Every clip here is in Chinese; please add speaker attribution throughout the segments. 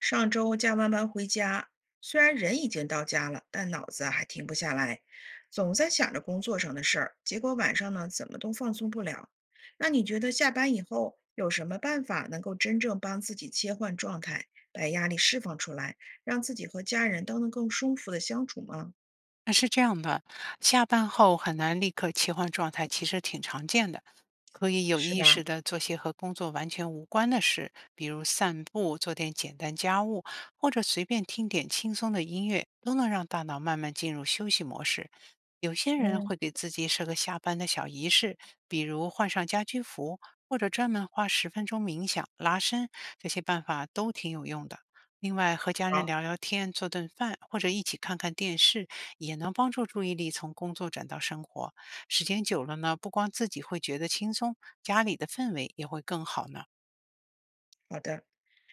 Speaker 1: 上周加完班回家，虽然人已经到家了，但脑子啊还停不下来，总在想着工作上的事儿，结果晚上呢怎么都放松不了。那你觉得下班以后有什么办法能够真正帮自己切换状态，把压力释放出来，让自己和家人都能更舒服的相处吗？
Speaker 2: 那是这样的，下班后很难立刻切换状态，其实挺常见的。可以有
Speaker 1: 是
Speaker 2: 意
Speaker 1: 吧？
Speaker 2: 识的做些和工作完全无关的事，比如散步、做点简单家务，或者随便听点轻松的音乐，都能让大脑慢慢进入休息模式。有些人
Speaker 1: 嗯。
Speaker 2: 会给自己设个下班的小仪式，比如换上家居服，或者专门花10分钟冥想、拉伸，这些办法都挺有用的。另外，和家人
Speaker 1: 好。
Speaker 2: 聊聊天、做顿饭，或者一起看看电视，也能帮助注意力从工作转到生活。时间久了呢，不光自己会觉得轻松，家里的氛围也会更好呢。
Speaker 1: 好的，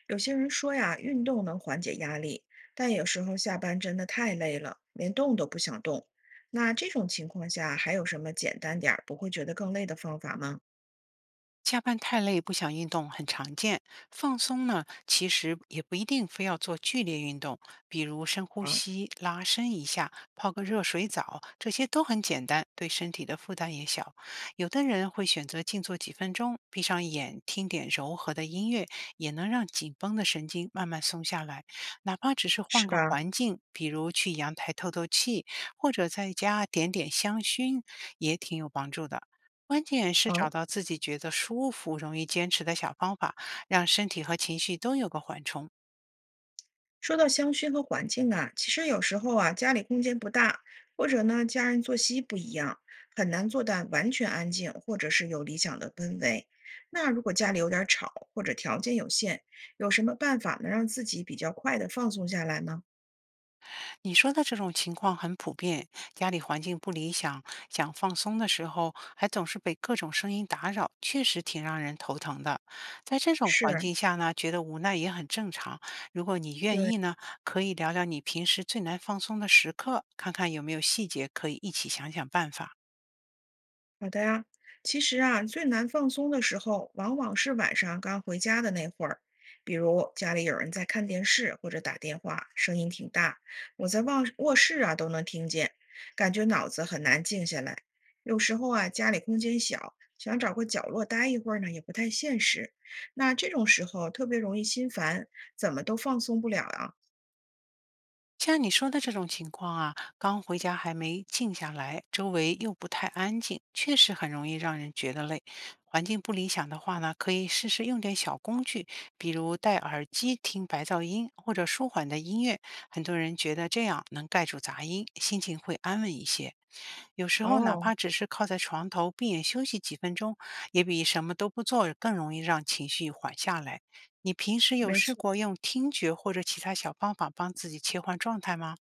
Speaker 1: 有些人说呀，运动能缓解压力，但有时候下班真的太累了，连动都不想动。那这种情况下，还有什么简单点儿不会觉得更累的方法吗？
Speaker 2: 加班太累不想运动很常见，放松呢其实也不一定非要做剧烈运动，比如深呼
Speaker 1: 啊。
Speaker 2: 吸、拉伸一下、泡个热水澡，这些都很简单，对身体的负担也小。有的人会选择静坐几分钟，闭上眼听点柔和的音乐，也能让紧绷的神经慢慢松下来。哪怕只是换
Speaker 1: 是
Speaker 2: 个
Speaker 1: 吧？
Speaker 2: 环境，比如去阳台透透气，或者在家点点香薰，也挺有帮助的。关键是找
Speaker 1: 好。
Speaker 2: 到自己觉得舒服、容易坚持的小方法，让身体和情绪都有个缓冲。
Speaker 1: 说到香薰和环境啊，其实有时候啊，家里空间不大，或者呢，家人作息不一样，很难做到完全安静，或者是有理想的氛围。那如果家里有点儿吵，或者条件有限，有什么办法能让自己比较快的放松下来呢？
Speaker 2: 你说的这种情况很普遍，家里环境不理想，想放松的时候还总是被各种声音打扰，确实挺让人头疼的。在这种环
Speaker 1: 是。
Speaker 2: 境下呢，觉得无奈也很正常。如果你愿
Speaker 1: 对。
Speaker 2: 意呢，可以聊聊你平时最难放松的时刻，看看有没有细节可以一起想想办法。
Speaker 1: 好的呀。其实啊，最难放松的时候，往往是晚上刚回家的那会儿，比如家里有人在看电视或者打电话，声音挺大，我在卧室啊都能听见，感觉脑子很难静下来。有时候啊，家里空间小，想找个角落待一会儿呢，也不太现实。那这种时候特别容易心烦，怎么都放松不了啊。
Speaker 2: 像你说的这种情况啊，刚回家还没静下来，周围又不太安静，确实很容易让人觉得累。环境不理想的话呢，可以试试用点小工具，比如戴耳机听白噪音或者舒缓的音乐。很多人觉得这样能盖住杂音，心情会安稳一些。有时候哪
Speaker 1: 哦。
Speaker 2: 怕只是靠在床头闭眼休息几分钟，也比什么都不做更容易让情绪缓下来。你平时有
Speaker 1: 没
Speaker 2: 试
Speaker 1: 错。
Speaker 2: 过用听觉或者其他小方法帮自己切换状态吗？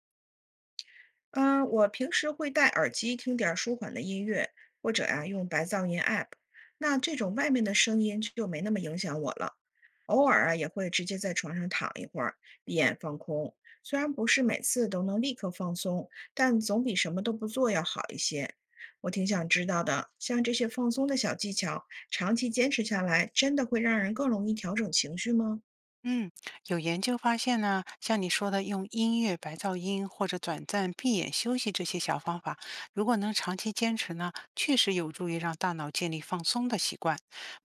Speaker 1: 嗯，我平时会戴耳机听点儿舒缓的音乐，或者呀用白噪音 app，那这种外面的声音就没那么影响我了。偶尔啊也会直接在床上躺一会儿，闭眼放空。虽然不是每次都能立刻放松，但总比什么都不做要好一些。我挺想知道的，像这些放松的小技巧，长期坚持下来，真的会让人更容易调整情绪吗？
Speaker 2: 嗯，有研究发现呢，像你说的用音乐、白噪音或者短暂闭眼休息这些小方法，如果能长期坚持呢，确实有助于让大脑建立放松的习惯。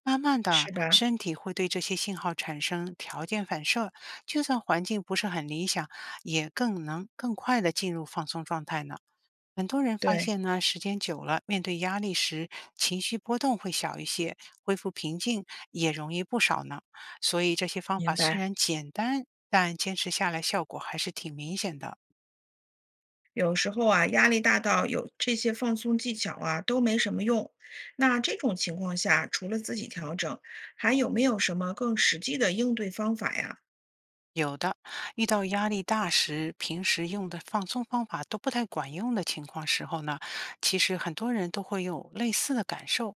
Speaker 2: 慢慢的，
Speaker 1: 是吧？
Speaker 2: 身体会对这些信号产生条件反射，就算环境不是很理想，也更能更快的进入放松状态呢。很多人发
Speaker 1: 对。
Speaker 2: 现呢，时间久了，面对压力时，情绪波动会小一些，恢复平静也容易不少呢。所以这些方
Speaker 1: 明
Speaker 2: 法虽
Speaker 1: 白。
Speaker 2: 然简单，但坚持下来效果还是挺明显的。
Speaker 1: 有时候啊，压力大到有这些放松技巧啊都没什么用。那这种情况下，除了自己调整，还有没有什么更实际的应对方法呀？
Speaker 2: 有的，遇到压力大时，平时用的放松方法都不太管用的情况时候呢，其实很多人都会有类似的感受。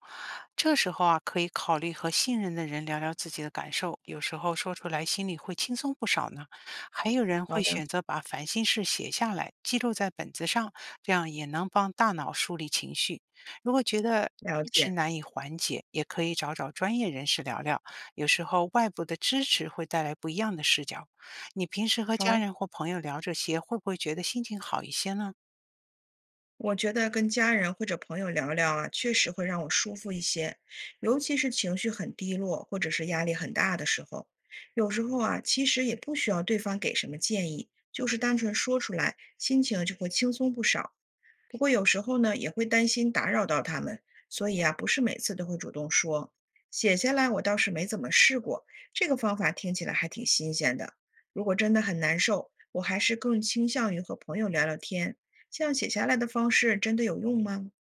Speaker 2: 这时候啊，可以考虑和信任的人聊聊自己的感受，有时候说出来心里会轻松不少呢。还有人
Speaker 1: 好
Speaker 2: 会
Speaker 1: 的。
Speaker 2: 选择把烦心事写下来，记录在本子上，这样也能帮大脑梳理情绪。如果觉得
Speaker 1: 了
Speaker 2: 一直
Speaker 1: 解。
Speaker 2: 难以缓解，也可以找找专业人士聊聊，有时候外部的支持会带来不一样的视角。你平时和家
Speaker 1: 好，
Speaker 2: 人或朋友聊这些，会不会觉得心情好一些呢？
Speaker 1: 我觉得跟家人或者朋友聊聊啊，确实会让我舒服一些，尤其是情绪很低落或者是压力很大的时候。有时候啊，其实也不需要对方给什么建议，就是单纯说出来，心情就会轻松不少。不过有时候呢，也会担心打扰到他们，所以啊，不是每次都会主动说。写下来我倒是没怎么试过，这个方法听起来还挺新鲜的。如果真的很难受，我还是更倾向于和朋友聊聊天。这样写下来的方式真的有用吗？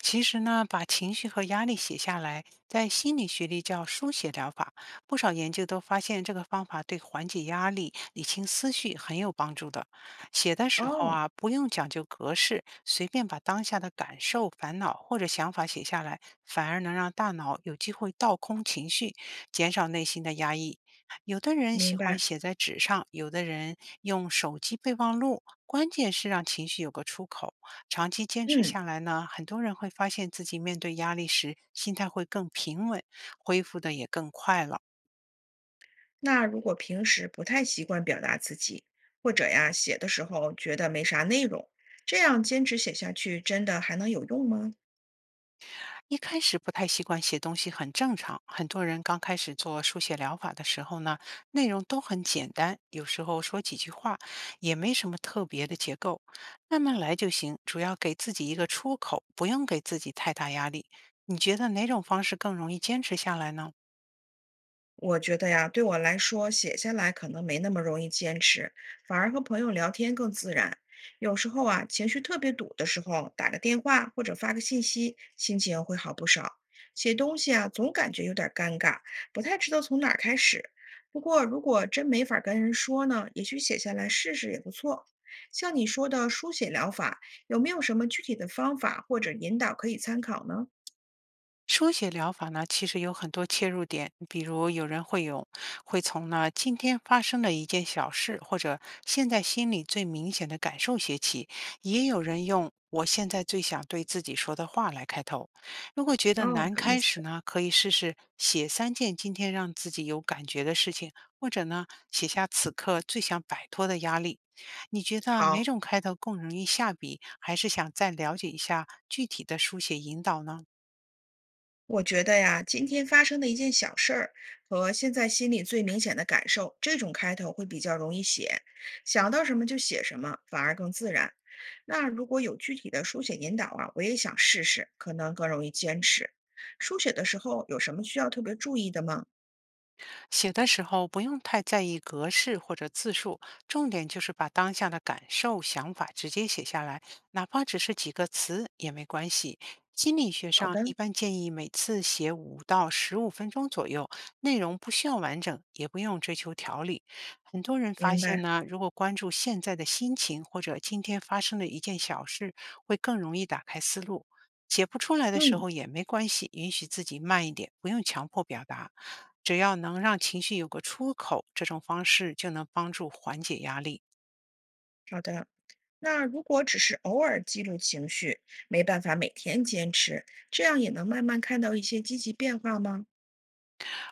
Speaker 2: 其实呢，把情绪和压力写下来，在心理学里叫书写疗法。不少研究都发现，这个方法对缓解压力、理清思绪很有帮助的。写的时候
Speaker 1: 哦。
Speaker 2: 啊，不用讲究格式，随便把当下的感受、烦恼或者想法写下来，反而能让大脑有机会倒空情绪，减少内心的压抑。有的人
Speaker 1: 明
Speaker 2: 喜欢
Speaker 1: 白。
Speaker 2: 写在纸上，有的人用手机备忘录，关键是让情绪有个出口。长期坚持
Speaker 1: 嗯，
Speaker 2: 下来呢，很多人会发现自己面对压力时心态会更平稳，恢复的也更快了。
Speaker 1: 那如果平时不太习惯表达自己，或者呀，写的时候觉得没啥内容，这样坚持写下去真的还能有用吗？
Speaker 2: 一开始不太习惯写东西很正常，很多人刚开始做书写疗法的时候呢，内容都很简单，有时候说几句话，也没什么特别的结构，慢慢来就行，主要给自己一个出口，不用给自己太大压力。你觉得哪种方式更容易坚持下来呢？
Speaker 1: 我觉得呀，对我来说，写下来可能没那么容易坚持，反而和朋友聊天更自然。有时候啊，情绪特别堵的时候，打个电话或者发个信息，心情会好不少。写东西啊，总感觉有点儿尴尬，不太知道从哪儿开始。不过，如果真没法跟人说呢，也许写下来试试也不错。像你说的书写疗法，有没有什么具体的方法或者引导可以参考呢？
Speaker 2: 书写疗法呢，其实有很多切入点，比如有人会从呢今天发生的一件小事，或者现在心里最明显的感受写起，也有人用我现在最想对自己说的话来开头。如果觉
Speaker 1: 哦，
Speaker 2: 得难
Speaker 1: 有意
Speaker 2: 开始
Speaker 1: 思。
Speaker 2: 呢，可以试试写三件今天让自己有感觉的事情，或者呢写下此刻最想摆脱的压力。你觉得哪
Speaker 1: 好。
Speaker 2: 种开头更容易下笔？还是想再了解一下具体的书写引导呢？
Speaker 1: 我觉得呀，今天发生的一件小事儿和现在心里最明显的感受，这种开头会比较容易写，想到什么就写什么，反而更自然。那如果有具体的书写引导啊，我也想试试，可能更容易坚持。书写的时候有什么需要特别注意的吗？
Speaker 2: 写的时候不用太在意格式或者字数，重点就是把当下的感受、想法直接写下来，哪怕只是几个词也没关系。心理学
Speaker 1: 好
Speaker 2: 上一
Speaker 1: 的。
Speaker 2: 般建议每次写5到15分钟左右，内容不需要完整，也不用追求条理。很多人发
Speaker 1: 明
Speaker 2: 现
Speaker 1: 白。
Speaker 2: 呢，如果关注现在的心情或者今天发生的一件小事，会更容易打开思路。写不出来的时
Speaker 1: 嗯。
Speaker 2: 候也没关系，允许自己慢一点，不用强迫表达。只要能让情绪有个出口，这种方式就能帮助缓解压力。
Speaker 1: 好的。那如果只是偶尔记录情绪，没办法每天坚持，这样也能慢慢看到一些积极变化吗？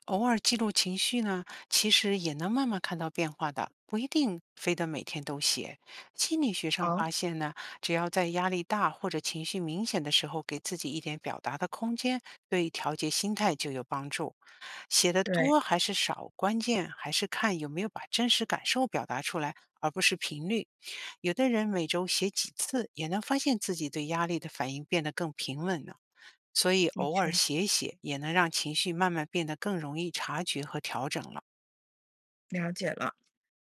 Speaker 2: 偶尔记录情绪呢，其实也能慢慢看到变化的，不一定非得每天都写。心理学上
Speaker 1: 好。
Speaker 2: 发现呢，只要在压力大或者情绪明显的时候，给自己一点表达的空间，对调节心态就有帮助。写的
Speaker 1: 对。
Speaker 2: 多还是少，关键还是看有没有把真实感受表达出来，而不是频率。有的人每周写几次，也能发现自己对压力的反应变得更平稳了。所以
Speaker 1: 的
Speaker 2: 偶尔
Speaker 1: 确
Speaker 2: 写一写也能让情绪慢慢变得更容易察觉和调整了。
Speaker 1: 了解了。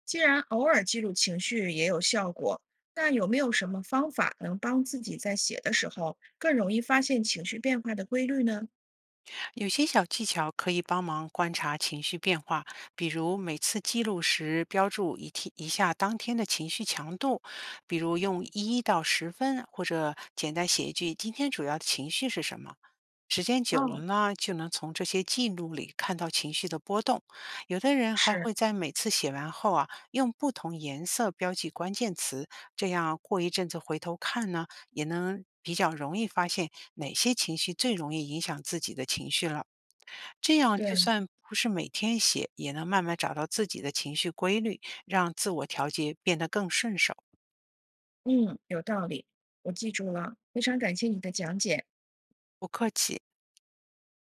Speaker 1: 既然偶尔记录情绪也有效果，那有没有什么方法能帮自己在写的时候更容易发现情绪变化的规律呢？
Speaker 2: 有些小技巧可以帮忙观察情绪变化，比如每次记录时标注一下当天的情绪强度，比如用1到10分，或者简单写一句今天主要的情绪是什么。时间久了
Speaker 1: 哦。
Speaker 2: 呢，就能从这些记录里看到情绪的波动。有的人还
Speaker 1: 是。
Speaker 2: 会在每次写完后啊，用不同颜色标记关键词，这样过一阵子回头看呢，也能比较容易发现哪些情绪最容易影响自己的情绪了。这样就
Speaker 1: 对。
Speaker 2: 算不是每天写，也能慢慢找到自己的情绪规律，让自我调节变得更顺手。
Speaker 1: 嗯，有道理，我记住了，非常感谢你的讲解。
Speaker 2: 不客气。